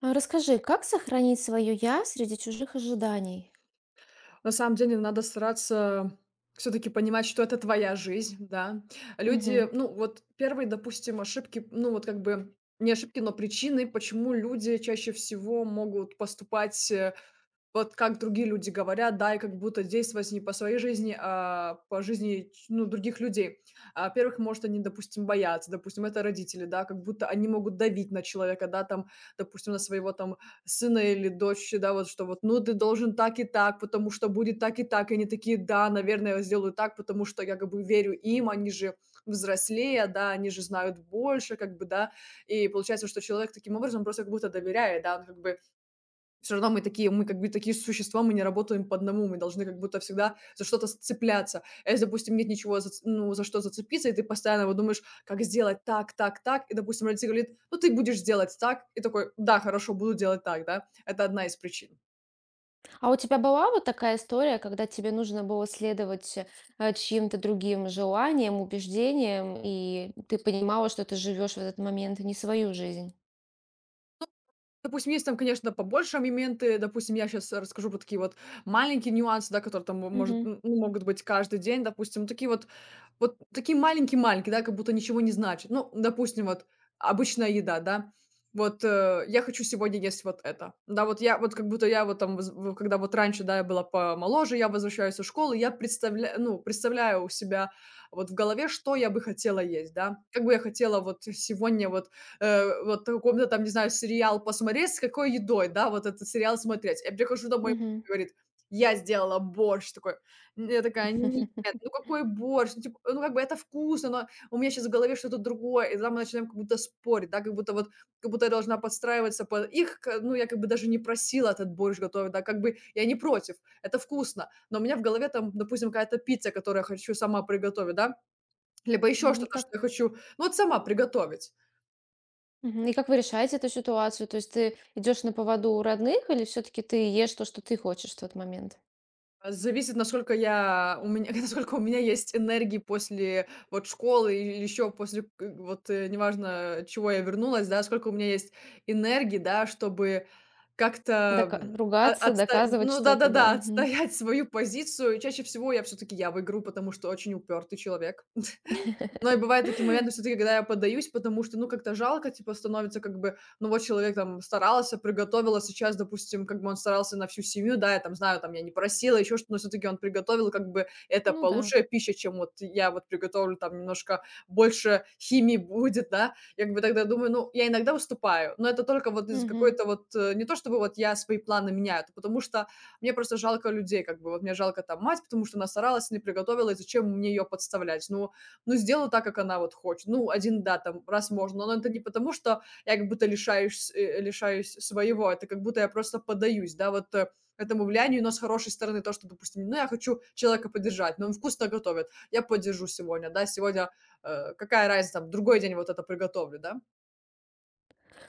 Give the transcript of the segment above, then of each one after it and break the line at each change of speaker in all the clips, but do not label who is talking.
А расскажи, как сохранить свое я среди чужих ожиданий?
На самом деле надо стараться все таки понимать, что это твоя жизнь, да.
Мгм.
Люди, ну, вот первые допустим, ошибки, ну, вот как бы не ошибки, но причины, почему люди чаще всего могут поступать, вот как другие люди говорят, да, и как будто действовать не по своей жизни, а по жизни, ч ну, других людей. А, во-первых, может, они, допустим, боятся, допустим, это родители, да, как будто они могут давить на человека, да, там, допустим, на своего там сына или дочь, да, вот что вот: "Ну, ты должен так и так, потому что будет так и так". И они такие: "Да, наверное, я сделаю так, потому что я как бы верю им, они же взрослее, да, они же знают больше", как бы, да. И получается, что человек таким образом просто как будто доверяет, да, он как бы все равно мы такие, мы как бы такие существа, мы не работаем по одному, мы должны как будто всегда за что-то с цепляться. А если, допустим, нет ничего, зац ну, за что зацепиться, и ты постоянно вот думаешь, как сделать так, так, так, и, допустим, родитель говорит: "Ну, ты будешь делать так". И такой: "Да, хорошо, буду делать так", да. Это одна из причин.
А у тебя была вот такая история, когда тебе нужно было следовать чьим-то другим желаниям, убеждениям, и ты понимала, что ты живешь в этот момент не свою жизнь?
Допустим, есть там, конечно, побольше моменты. Допустим, я сейчас расскажу про такие вот маленькие нюансы, да, которые там мо может
Мгм.
ну, могут быть каждый день. Допустим, ну, такие вот вот такие маленькие-маленькие, да, как будто ничего не значит. Ну, допустим, вот обычная еда, да. Вот, я хочу сегодня есть вот это. Да, вот я вот как будто я вот там воз в когда вот раньше, да, я была помоложе, я возвращаюсь из школы, я представляю, ну, представляю у себя вот в голове, что я бы хотела есть, да. Как бы я хотела вот сегодня вот вот каком-то там, не знаю, сериал посмотреть, с какой едой, да, вот этот сериал смотреть. Я прихожу домой,
Мгм.
мама говорит: "Я сделала борщ". Такой, н я такая: "Нет, ну какой борщ? Ну, типа, ну, как бы это вкусно, но у меня сейчас в голове что-то другое". И там мы начинаем как будто спорить, да, как будто вот, как будто я должна подстраиваться под их, к ну, я как бы даже не просила этот борщ готовить, да, как бы я не против, это вкусно, но у меня в голове там, допустим, какая-то пицца, которую я хочу сама приготовить, да, либо еще
Мгм. И
что-то, что я
как?
хочу, ну, вот сама приготовить.
Мгм. И как вы решаете эту ситуацию? То есть ты идешь на поводу у родных, или все-таки ты ешь то, что ты хочешь в тот момент?
А, зависит, насколько я у меня насколько у меня есть энергии после вот школы или еще после к вот, неважно, чего я вернулась, да, сколько у меня есть энергии, да, чтобы как-то,
Ругаться,
отста
доказывать
ну
что-то, да.
да-да-да,
Мгм.
отстоять свою позицию. Чаще всего я все таки я выиграю, потому что очень упертый человек. Но и бывают такие моменты всё-таки, когда я поддаюсь, потому что, ну, как-то жалко, типа, становится, как бы, ну, вот человек там старался, приготовил, а сейчас, допустим, как бы он старался на всю семью, да, я там знаю, там я не просила, еще что-то, но всё-таки он приготовил, как бы это
Ну да.
получше пища, чем вот я вот приготовлю, там немножко больше химии будет, да. Я как бы тогда думаю, ну, я иногда уступаю, но это только вот из-за
Мгм.
какой-то вот, не то чтобы вот я свои планы меняю, это потому что мне просто жалко людей, как бы, вот мне жалко там мать, потому что она старалась, не приготовила, и зачем мне ее подставлять? Ну, ну, сделала так, как она вот хочет. Ну, один да, там раз можно, но это не потому, что я как будто лишаюсь, лишаюсь своего, это как будто я просто поддаюсь, да, этому влиянию, но с хорошей стороны то, что, допустим, ну, я хочу человека поддержать, но он вкусно готовит, я поддержу сегодня, да, сегодня, какая разница, там, другой день вот это приготовлю, да.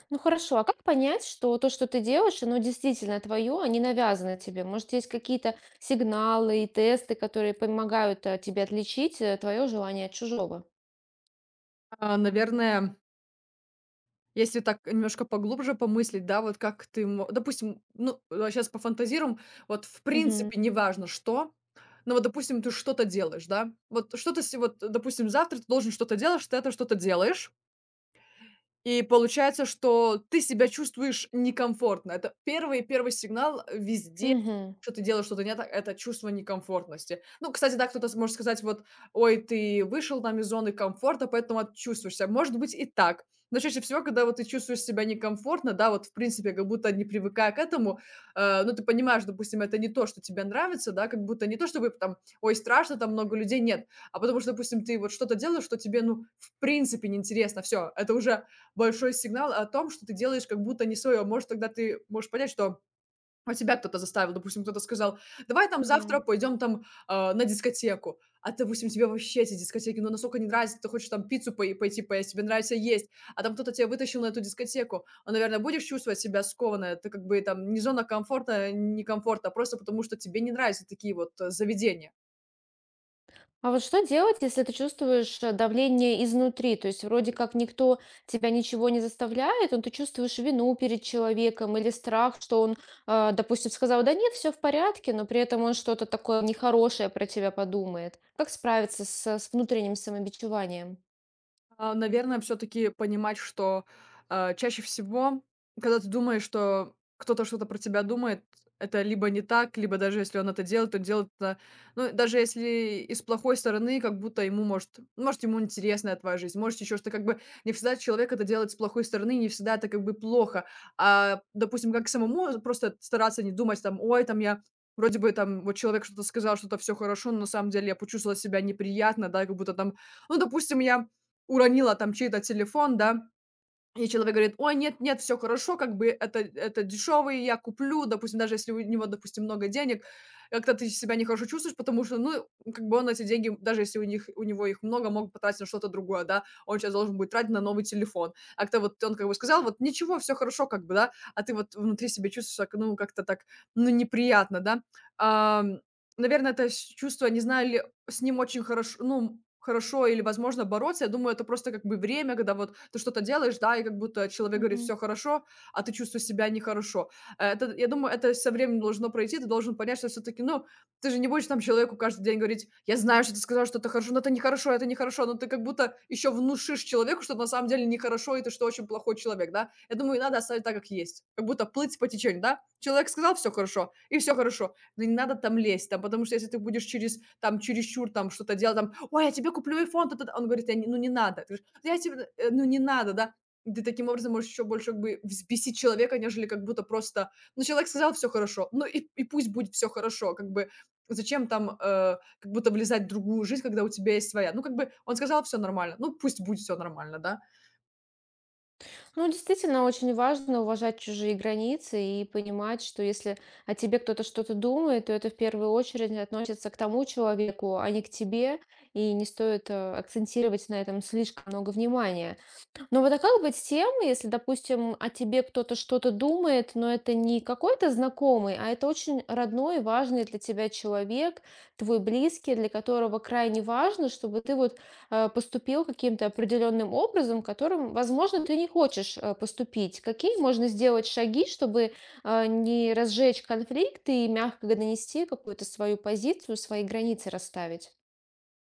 Ну хорошо, а как понять, что то, что ты делаешь, оно действительно твое, а не навязано тебе? Может, есть какие-то сигналы и тесты, которые помогают тебе отличить твое желание от чужого?
А, наверное, если так немножко поглубже помыслить, да, вот как ты, мо допустим, ну, а щас пофантазируем, вот в
Угу.
принципе неважно что, но вот, допустим, ты что-то делаешь, да, вот что-то се вот, допустим, завтра ты должен что-то делать, ты это что-то делаешь, и получается, что ты себя чувствуешь некомфортно. Это первый сигнал везде,
Угу.
что ты делаешь что-то не так, это чувство некомфортности. Ну, кстати, да, кто-то может сказать, вот, ой, ты вышел там из зоны комфорта, поэтому Может быть и так. Но чаще всего, когда вот ты чувствуешь себя некомфортно, да, вот в принципе, как будто не привыкая к этому, ну, ты понимаешь, допустим, это не то, что тебе нравится, да, как будто не то, чтобы там, ой, страшно, там много людей, нет, а потому что, допустим, ты вот что-то делаешь, что тебе, ну, в принципе неинтересно, все, это уже большой сигнал о том, что ты делаешь как будто не свое. Может, тогда ты можешь понять, что, тебя кто-то заставил. Допустим, кто-то сказал: "Давай там
Да.
завтра пойдем там, на дискотеку". А, допустим, тебе вообще эти дискотеки, ну, настолько не нравится, ты хочешь там пиццу пойти поесть, тебе нравится есть, а там кто-то тебя вытащил на эту дискотеку. А, наверное, будешь чувствовать себя скованно. Это как бы там не зона комфорта, не комфорта, а просто потому, что тебе не нравятся такие вот заведения.
А вот что делать, если ты чувствуешь давление изнутри? То есть вроде как никто тебя ничего не заставляет, но ты чувствуешь вину перед человеком или страх, что он, допустим, сказал, да нет, все в порядке, но при этом он что-то такое нехорошее про тебя подумает. Как справиться с внутренним самобичеванием?
А, наверное, все таки понимать, что, чаще всего, когда ты думаешь, что кто-то что-то про тебя думает, это либо не так, либо даже если он это делает, то делает это, ну, даже если и с плохой стороны, как будто ему может, ему интересная твоя жизнь, может, еще что-то. Как бы не всегда человек это делает с плохой стороны, не всегда это как бы плохо. А, допустим, как самому просто стараться не думать там: "Ой, там я вроде бы там вот человек что-то сказал, что-то все хорошо, но на самом деле я почувствовала себя неприятно", да, как будто там, ну, допустим, я уронила там чей-то телефон, да, и человек говорит: "Ой, нет, нет, все хорошо, как бы это дешевый, я куплю". Допустим, даже если у него, допустим, много денег, как-то ты себя нехорошо чувствуешь, потому что, ну, как бы он эти деньги, даже если у них у него их много, мог потратить на что-то другое, да. Он сейчас должен будет тратить на новый телефон. А как вот он как бы сказал: "Вот ничего, все хорошо", как бы, да, а ты вот внутри себя чувствуешь так, ну, как-то так, ну, неприятно, да. Ам, наверное, это с чувство, не знаю, с ним очень хорошо, ну, хорошо или возможно бороться. Я думаю, это просто как бы время, когда вот ты что-то делаешь, да, и как будто человек говорит: все хорошо", а ты чувствуешь себя нехорошо. Это, я думаю, это со временем должно пройти. Ты должен понять, что все таки ну, ты же не будешь там человеку каждый день говорить: "Я знаю, что ты сказал, что это хорошо, но это нехорошо, это нехорошо". Но ты как будто еще внушишь человеку, что на самом деле нехорошо и ты что очень плохой человек, да. Я думаю, надо оставить так, как есть. Как будто плыть по течению, да. Человек сказал: все хорошо"- и все хорошо, но не надо там лезть, там, потому что если ты будешь через, там, чересчур там что-то делать, там, ой, я тебе куплю iPhone, та-та-та». Он говорит, «Я ну не надо. Ты говоришь, я тебе, ну не надо, да, ты таким образом можешь еще больше как бы взбесить человека, нежели как будто просто, ну человек сказал все хорошо, ну и пусть будет все хорошо, как бы зачем там как будто влезать в другую жизнь, когда у тебя есть своя, ну как бы он сказал все нормально, ну пусть будет все нормально, да.
Ну, действительно, очень важно уважать чужие границы и понимать, что если о тебе кто-то что-то думает, то это в первую очередь относится к тому человеку, а не к тебе, и не стоит акцентировать на этом слишком много внимания. Ну вот а как быть с тем, если, допустим, о тебе кто-то что-то думает, но это не какой-то знакомый, а это очень родной, важный для тебя человек, твой близкий, для которого крайне важно, чтобы ты вот поступил каким-то определенным образом, которым, возможно, ты не хочешь поступить. Какие можно сделать шаги, чтобы не разжечь конфликт и мягко донести какую-то свою позицию, свои границы расставить?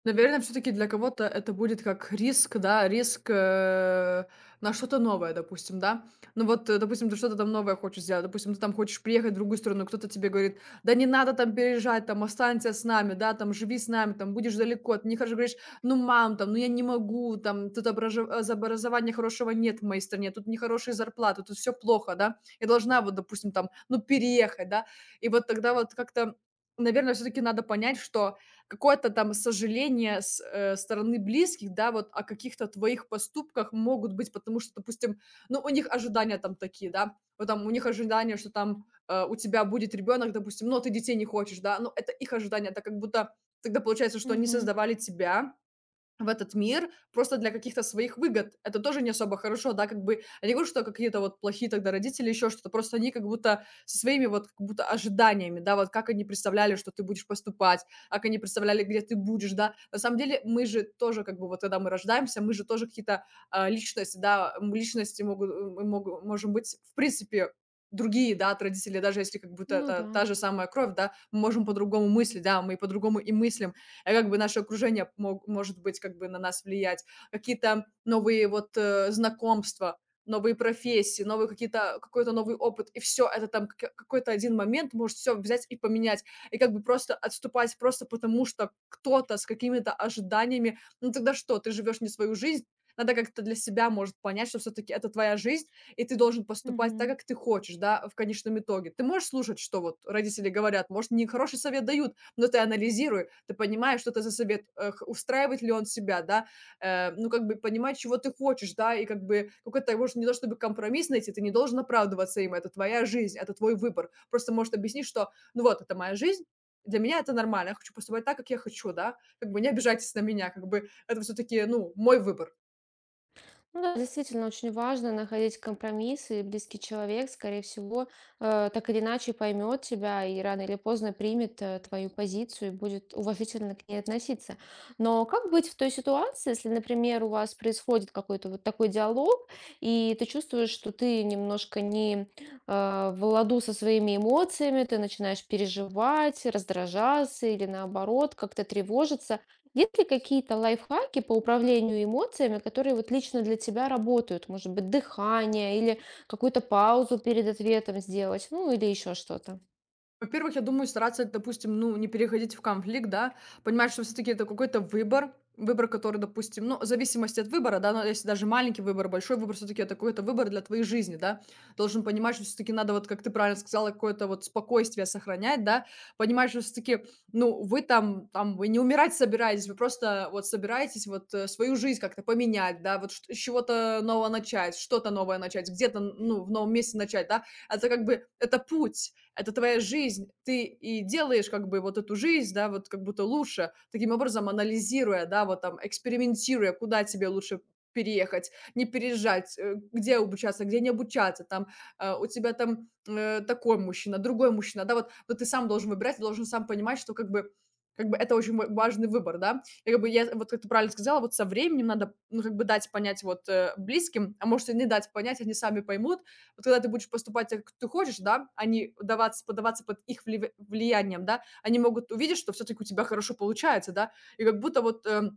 Наверное, все таки для кого-то это будет как риск, да, риск, на что-то новое, допустим, да. Ну вот, допустим, ты что-то там новое хочешь сделать, допустим, ты там хочешь приехать в другую страну, кто-то тебе говорит: "Да не надо там переезжать, там останься с нами, да, там живи с нами, там будешь далеко". Ты не хочешь, говоришь: "Ну, мам, там, ну я не могу, там тут образования хорошего нет в моей стране, тут нехорошие зарплаты, тут все плохо, да, я должна вот, допустим, там, ну переехать, да". И вот тогда вот как-то, наверное, все таки надо понять, что какое-то там сожаление стороны близких, да, вот о каких-то твоих поступках могут быть, потому что, допустим, ну, у них ожидания там такие, да, вот там у них ожидания, что там, у тебя будет ребенок, допустим, но ты детей не хочешь, да, ну, это их ожидания, это как будто тогда получается, что они
Мгм.
создавали тебя в этот мир просто для каких-то своих выгод. Это тоже не особо хорошо, да, как бы. Я не говорю, что какие-то вот плохие тогда родители, еще что-то. Просто они как будто со своими вот как будто ожиданиями, да, вот как они представляли, что ты будешь поступать, как они представляли, где ты будешь, да. На самом деле мы же тоже как бы вот когда мы рождаемся, мы же тоже какие-то личности, да, личности могут, мы можем быть в принципе другие, да, от родителей, даже если как будто
Ну
это
да.
та же самая кровь, да, мы можем по-другому мыслить, да, мы по-другому и мыслим, а как бы наше окружение может быть как бы на нас влиять, какие-то новые вот знакомства, новые профессии, новые какие-то какой-то новый опыт, и все это там какой-то один момент может все взять и поменять, и как бы просто отступать просто потому, что кто-то с какими-то ожиданиями, ну тогда что, ты живешь не свою жизнь, надо как-то для себя, может, понять, что все-таки это твоя жизнь, и ты должен поступать так,
Мгм.
как ты хочешь, да, в конечном итоге. Ты можешь слушать, что вот родители говорят, может, не хороший совет дают, но ты анализируй, ты понимаешь, что это за совет, э, х устраивает ли он тебя, да, ну, как бы понимать, чего ты хочешь, да, и как бы какой-то, может, не то чтобы компромисс найти, ты не должен оправдываться им, это твоя жизнь, это твой выбор. Просто, может, объяснить, что, ну, вот, это моя жизнь, для меня это нормально, я хочу поступать так, как я хочу, да, как бы не обижайтесь на меня, как бы это все таки ну, мой выбор.
Ну да, действительно очень важно находить компромиссы, и близкий человек, скорее всего, так или иначе поймет тебя и рано или поздно примет твою позицию и будет уважительно к ней относиться. Но как быть в той ситуации, если, например, у вас происходит какой-то вот такой диалог, и ты чувствуешь, что ты немножко не в ладу со своими эмоциями, ты начинаешь переживать, раздражаться или наоборот как-то тревожиться, есть ли какие-то лайфхаки по управлению эмоциями, которые вот лично для тебя работают? Может быть, дыхание или какую-то паузу перед ответом сделать, ну или еще что-то?
Во-первых, я думаю, стараться, допустим, ну, не переходить в конфликт, да. Понимать, что все таки это какой-то выбор, выбор, который, допустим, ну, в зависимости от выбора, да, но если даже маленький выбор, большой выбор, все таки это какой-то выбор для твоей жизни, да. Должен понимать, что все таки надо, вот как ты правильно сказала, какое-то вот спокойствие сохранять, да. Понимать, что все таки ну, вы там вы не умирать собираетесь, вы просто вот собираетесь вот, свою жизнь как-то поменять, да, вот чт с чего-то нового начать, что-то новое начать, где-то, ну, в новом месте начать, да. Это как бы, это путь это твоя жизнь, ты и делаешь как бы вот эту жизнь, да, вот как будто лучше, таким образом анализируя, да, вот там экспериментируя, куда тебе лучше переехать, не переезжать, где обучаться, где не обучаться, там у тебя там такой мужчина, другой мужчина, да, вот, но ты сам должен выбирать, ты должен сам понимать, что как бы это очень важный выбор, да. И как бы я, вот как ты правильно сказала, вот со временем надо, ну, как бы дать понять вот близким, а может и не дать понять, они сами поймут, вот когда ты будешь поступать так, как ты хочешь, да, а не даваться, поддаваться под их влиянием, да, они могут увидеть, что все-таки у тебя хорошо получается, да, и как будто вот, э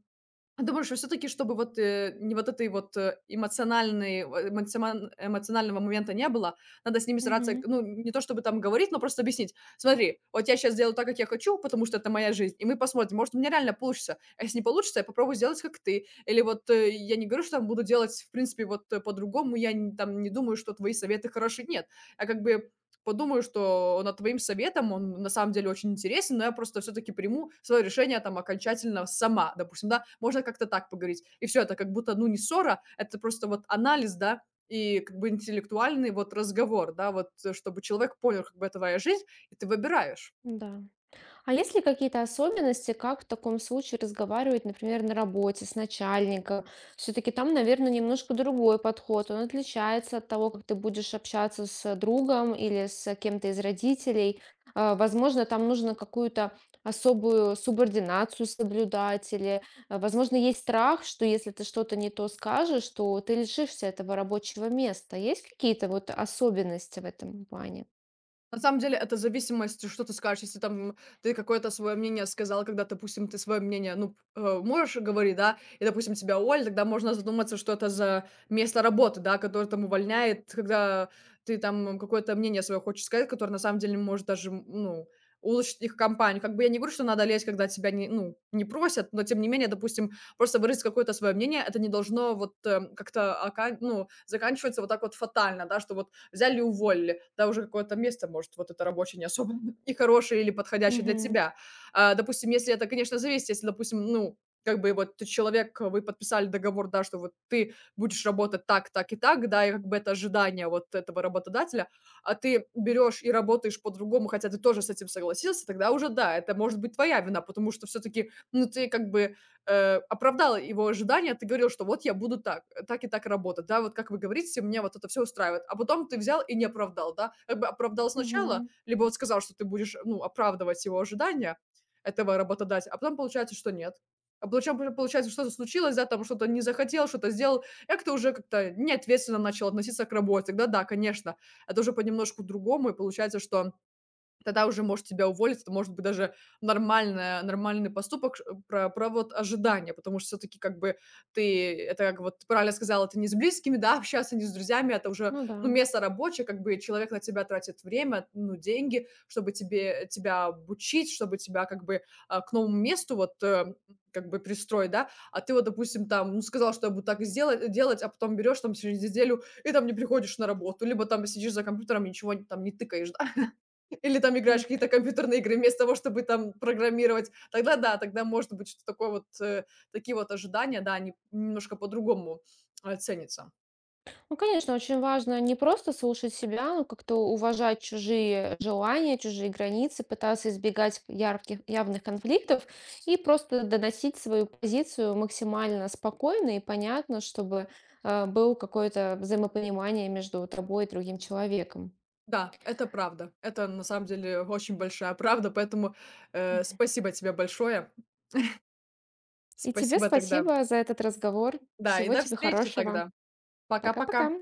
а думаешь, что все-таки, чтобы вот не вот этой вот эмоциональной, эмоционального момента не было, надо с ними стараться,
Мгм.
ну, не то чтобы там говорить, но просто объяснить. Смотри, вот я сейчас сделаю так, как я хочу, потому что это моя жизнь, и мы посмотрим, может, у меня реально получится. А если не получится, я попробую сделать, как ты. Или вот я не говорю, что там буду делать, в принципе, вот по-другому, я не думаю, что твои советы хороши. Нет. А как бы подумаю, что над твоим советом он на самом деле очень интересен, но я просто все-таки приму свое решение там окончательно сама, допустим, да, можно как-то так поговорить. И все, это как будто, ну, не ссора, это просто вот анализ, да, и как бы интеллектуальный вот разговор, да, вот чтобы человек понял, как бы это твоя жизнь, и ты выбираешь.
Да. А есть ли какие-то особенности, как в таком случае разговаривать, например, на работе с начальником? Все-таки там, наверное, немножко другой подход. Он отличается от того, как ты будешь общаться с другом или с кем-то из родителей. А, возможно, там нужно какую-то особую субординацию соблюдать, или, а, возможно, есть страх, что если ты что-то не то скажешь, то ты лишишься этого рабочего места. Есть какие-то вот особенности в этом плане?
На самом деле, это зависимость, что ты скажешь. Если там ты какое-то свое мнение сказал, когда, допустим, ты свое мнение, ну, можешь говорить, да, и, допустим, тебя уволили, тогда можно задуматься, что это за место работы, да, которое там увольняет, когда ты там какое-то мнение свое хочешь сказать, которое на самом деле может даже, ну, улучшить их компанию. Как бы я не говорю, что надо лезть, когда тебя не, ну, не просят, но тем не менее, допустим, просто выразить какое-то свое мнение, это не должно вот как-то ну, заканчиваться вот так вот фатально, да, что вот взяли и уволили. Да, уже какое-то место, может, вот это рабочее не особо и хорошее или подходящее для
Угу.
тебя. А, допустим, если это, конечно, зависит, если, допустим, ну, как бы вот ты человек, вы подписали договор, да, что вот ты будешь работать так, так и так, да, и как бы это ожидание вот этого работодателя, а ты берешь и работаешь по-другому, хотя ты тоже с этим согласился, тогда уже да, это может быть твоя вина, потому что все-таки, ну, ты как бы оправдала его ожидания. Ты говорил, что вот я буду так, так и так работать, да, вот как вы говорите, мне вот это все устраивает. А потом ты взял и не оправдал, да, как бы оправдал сначала,
Угу.
либо вот сказал, что ты будешь, ну, оправдывать его ожидания этого работодателя, а потом получается, что нет. А причем получается, что-то случилось, да, там что-то не захотел, что-то сделал, и как-то уже как-то неответственно начал относиться к работе. Тогда да, конечно, это уже понемножку другому, и получается, что тогда уже, может, тебя уволить, это может быть даже нормальная нормальный поступок ш про про вот ожидания. Потому что все таки как бы ты, это как вот ты правильно сказала, это не с близкими, да, общаться, не с друзьями. Это уже,
Ну да.
ну, место рабочее, как бы человек на тебя тратит время, ну, деньги, чтобы тебе тебя обучить, чтобы тебя как бы, к новому месту вот, как бы пристроить, да. А ты вот, допустим, там, ну, сказал, что я буду так и сделать делать, а потом берешь там через неделю и там не приходишь на работу, либо там сидишь за компьютером, ничего не тыкаешь. Или там играешь в какие-то компьютерные игры вместо того, чтобы там программировать. Тогда да, тогда может быть, что такое вот, такие вот ожидания, да, они немножко по-другому, ценятся.
Ну, конечно, очень важно не просто слушать себя, но как-то уважать чужие желания, чужие границы, пытаться избегать ярких, явных конфликтов и просто доносить свою позицию максимально спокойно и понятно, чтобы был какое-то взаимопонимание между тобой и другим человеком.
Да, это правда. Это на самом деле очень большая правда, поэтому, спасибо тебе большое.
И тебе
Спасибо тогда.
спасибо за этот разговор.
Да, и
Всего
до
тебе
встречи
хорошего.
тогда. Пока-пока.
Пока-пока.